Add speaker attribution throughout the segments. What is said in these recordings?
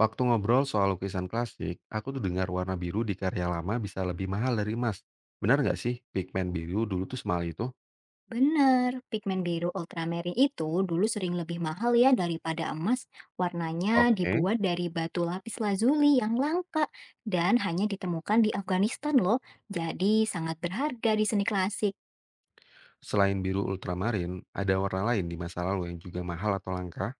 Speaker 1: Waktu ngobrol soal lukisan klasik, aku tuh dengar warna biru di karya lama bisa lebih mahal dari emas. Benar nggak sih pigmen biru dulu tuh semahal itu?
Speaker 2: Bener, pigmen biru ultramarine itu dulu sering lebih mahal ya daripada emas. Warnanya
Speaker 1: Oke.
Speaker 2: dibuat dari batu lapis lazuli yang langka dan hanya ditemukan di Afghanistan loh. Jadi sangat berharga di seni klasik.
Speaker 1: Selain biru ultramarin, ada warna lain di masa lalu yang juga mahal atau langka?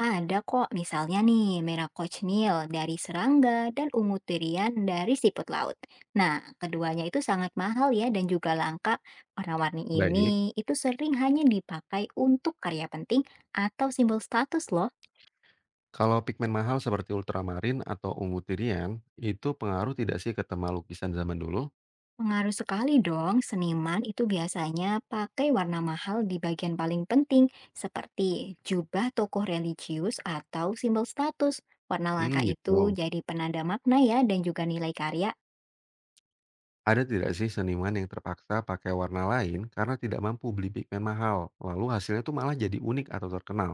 Speaker 2: Ada kok misalnya nih merah cochineal dari serangga dan ungu tirian dari siput laut. Nah, keduanya itu sangat mahal ya dan juga langka. Warna-warni
Speaker 1: Baik.
Speaker 2: ini itu sering hanya dipakai untuk karya penting atau simbol status loh.
Speaker 1: Kalau pigmen mahal seperti ultramarin atau ungu tirian, itu pengaruh tidak sih ke tema lukisan zaman dulu?
Speaker 2: Pengaruh sekali dong, seniman itu biasanya pakai warna mahal di bagian paling penting, seperti jubah tokoh religius atau simbol status. Warna
Speaker 1: Hmm,
Speaker 2: langka itu
Speaker 1: gitu.
Speaker 2: jadi penanda makna ya dan juga nilai karya.
Speaker 1: Ada tidak sih seniman yang terpaksa pakai warna lain karena tidak mampu beli pigmen mahal, lalu hasilnya tuh malah jadi unik atau terkenal?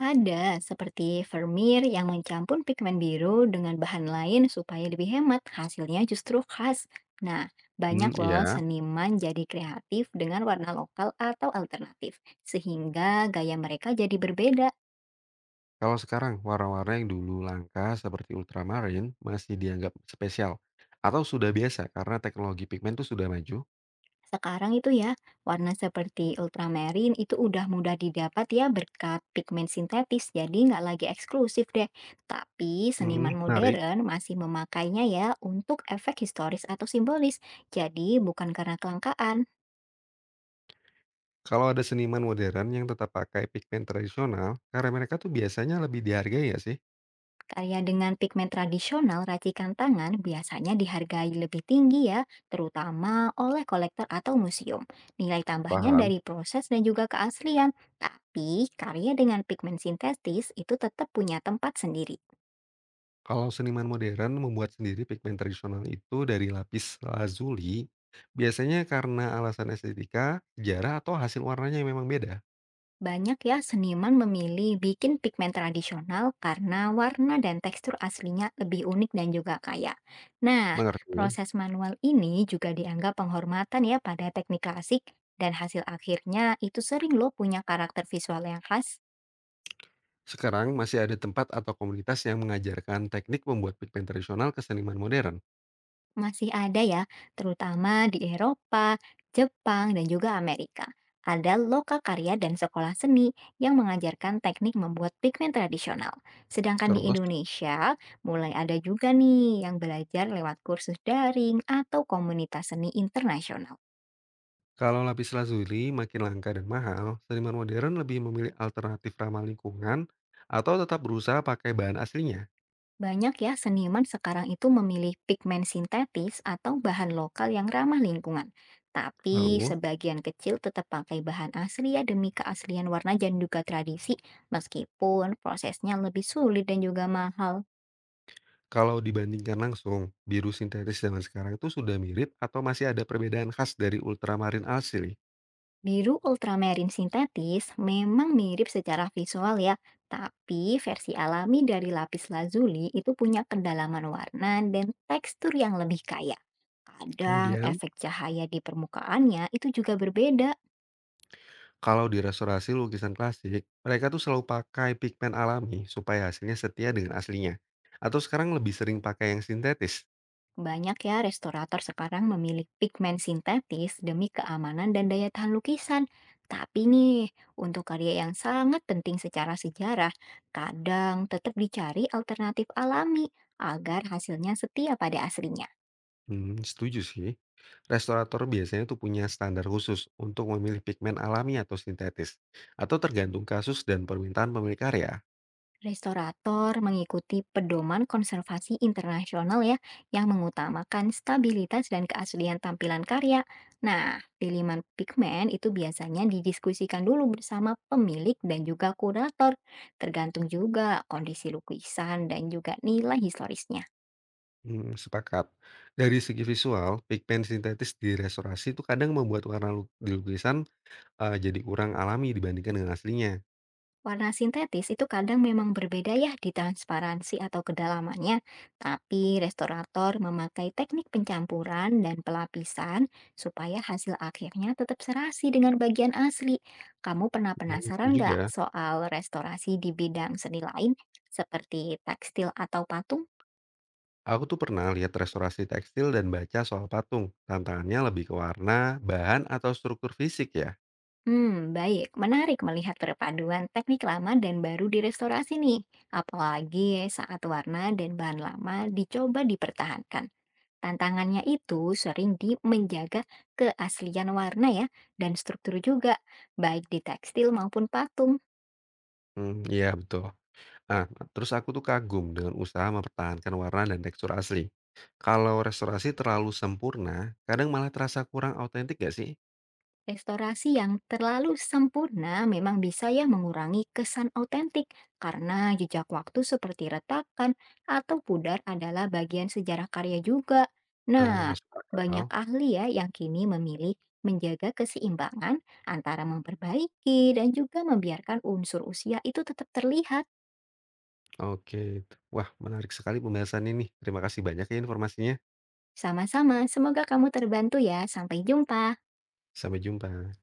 Speaker 2: Ada seperti Vermeer yang mencampur pigmen biru dengan bahan lain supaya lebih hemat, hasilnya justru khas. Nah,
Speaker 1: Hmm,
Speaker 2: banyak loh
Speaker 1: iya.
Speaker 2: seniman jadi kreatif dengan warna lokal atau alternatif, sehingga gaya mereka jadi berbeda.
Speaker 1: Kalau sekarang, warna-warna yang dulu langka seperti ultramarine masih dianggap spesial atau sudah biasa karena teknologi pigmen itu sudah maju.
Speaker 2: Sekarang itu ya, warna seperti ultramarine itu udah mudah didapat ya berkat pigmen sintetis, jadi nggak lagi eksklusif deh. Tapi
Speaker 1: Mhm,
Speaker 2: seniman
Speaker 1: menarik.
Speaker 2: modern masih memakainya ya untuk efek historis atau simbolis, jadi bukan karena kelangkaan.
Speaker 1: Kalau ada seniman modern yang tetap pakai pigmen tradisional, karya mereka tuh biasanya lebih dihargai ya sih?
Speaker 2: Karya dengan pigmen tradisional racikan tangan biasanya dihargai lebih tinggi ya, terutama oleh kolektor atau museum. Nilai tambahnya
Speaker 1: Paham.
Speaker 2: dari proses dan juga keaslian. Tapi, karya dengan pigmen sintetis itu tetap punya tempat sendiri.
Speaker 1: Kalau seniman modern membuat sendiri pigmen tradisional itu dari lapis lazuli, biasanya karena alasan estetika, sejarah, atau hasil warnanya yang memang beda.
Speaker 2: Banyak ya seniman memilih bikin pigmen tradisional karena warna dan tekstur aslinya lebih unik dan juga kaya. Nah,
Speaker 1: Mengerti?
Speaker 2: proses manual ini juga dianggap penghormatan ya pada teknik klasik dan hasil akhirnya itu sering loh punya karakter visual yang khas.
Speaker 1: Sekarang masih ada tempat atau komunitas yang mengajarkan teknik membuat pigmen tradisional ke seniman modern.
Speaker 2: Masih ada ya, terutama di Eropa, Jepang, dan juga Amerika. Ada loka karya dan sekolah seni yang mengajarkan teknik membuat pigmen tradisional. Sedangkan di
Speaker 1: Terus,
Speaker 2: Indonesia, mulai ada juga nih yang belajar lewat kursus daring atau komunitas seni internasional.
Speaker 1: kalau lapis lazuli makin langka dan mahal, seniman modern lebih memilih alternatif ramah lingkungan atau tetap berusaha pakai bahan aslinya.
Speaker 2: Banyak ya seniman sekarang itu memilih pigmen sintetis atau bahan lokal yang ramah lingkungan. Tapi
Speaker 1: Lalu,
Speaker 2: sebagian kecil tetap pakai bahan asli ya demi keaslian warna dan juga tradisi meskipun prosesnya lebih sulit dan juga mahal.
Speaker 1: kalau dibandingkan langsung, biru sintetis zaman sekarang itu sudah mirip atau masih ada perbedaan khas dari ultramarin asli.
Speaker 2: Biru ultramarine sintetis memang mirip secara visual ya, tapi versi alami dari lapis lazuli itu punya kedalaman warna dan tekstur yang lebih kaya. Kadang
Speaker 1: Kemudian,
Speaker 2: efek cahaya di permukaannya itu juga berbeda.
Speaker 1: kalau di restorasi lukisan klasik, mereka tuh selalu pakai pigmen alami supaya hasilnya setia dengan aslinya. Atau sekarang lebih sering pakai yang sintetis.
Speaker 2: Banyak ya restorator sekarang memilih pigmen sintetis demi keamanan dan daya tahan lukisan. Tapi nih, untuk karya yang sangat penting secara sejarah, kadang tetap dicari alternatif alami agar hasilnya setia pada aslinya.
Speaker 1: Hmm, setuju sih. Restorator biasanya tuh punya standar khusus untuk memilih pigmen alami atau sintetis. Atau tergantung kasus dan permintaan pemilik karya.
Speaker 2: Restorator mengikuti pedoman konservasi internasional ya, yang mengutamakan stabilitas dan keaslian tampilan karya. Nah, pilihan pigmen itu biasanya didiskusikan dulu bersama pemilik dan juga kurator, tergantung juga kondisi lukisan dan juga nilai historisnya.
Speaker 1: Hmm, sepakat. Dari segi visual, pigmen sintetis di restorasi itu kadang membuat warna di lukisan jadi kurang alami dibandingkan dengan aslinya.
Speaker 2: Warna sintetis itu kadang memang berbeda ya di transparansi atau kedalamannya, tapi restorator memakai teknik pencampuran dan pelapisan supaya hasil akhirnya tetap serasi dengan bagian asli. Kamu pernah
Speaker 1: Hmm, betul
Speaker 2: penasaran
Speaker 1: juga.
Speaker 2: nggak soal restorasi di bidang seni lain seperti tekstil atau patung?
Speaker 1: Aku tuh pernah lihat restorasi tekstil dan baca soal patung. Tantangannya lebih ke warna, bahan, atau struktur fisik ya?
Speaker 2: Hmm, baik. Menarik melihat perpaduan teknik lama dan baru di restorasi nih. Apalagi saat warna dan bahan lama dicoba dipertahankan. Tantangannya itu sering di menjaga keaslian warna ya, dan struktur juga, baik di tekstil maupun patung.
Speaker 1: Hmm, iya betul. Nah, terus aku tuh kagum dengan usaha mempertahankan warna dan tekstur asli. Kalau restorasi terlalu sempurna, kadang malah terasa kurang autentik gak sih?
Speaker 2: Restorasi yang terlalu sempurna memang bisa ya mengurangi kesan otentik, karena jejak waktu seperti retakan atau pudar adalah bagian sejarah karya juga.
Speaker 1: Nah,
Speaker 2: Nah,
Speaker 1: masuk akal.
Speaker 2: banyak ahli ya yang kini memilih menjaga keseimbangan antara memperbaiki dan juga membiarkan unsur usia itu tetap terlihat.
Speaker 1: Oke. Wah, menarik sekali pembahasan ini. Terima kasih banyak ya informasinya.
Speaker 2: Sama-sama, semoga kamu terbantu ya. Sampai jumpa.
Speaker 1: Sampai jumpa.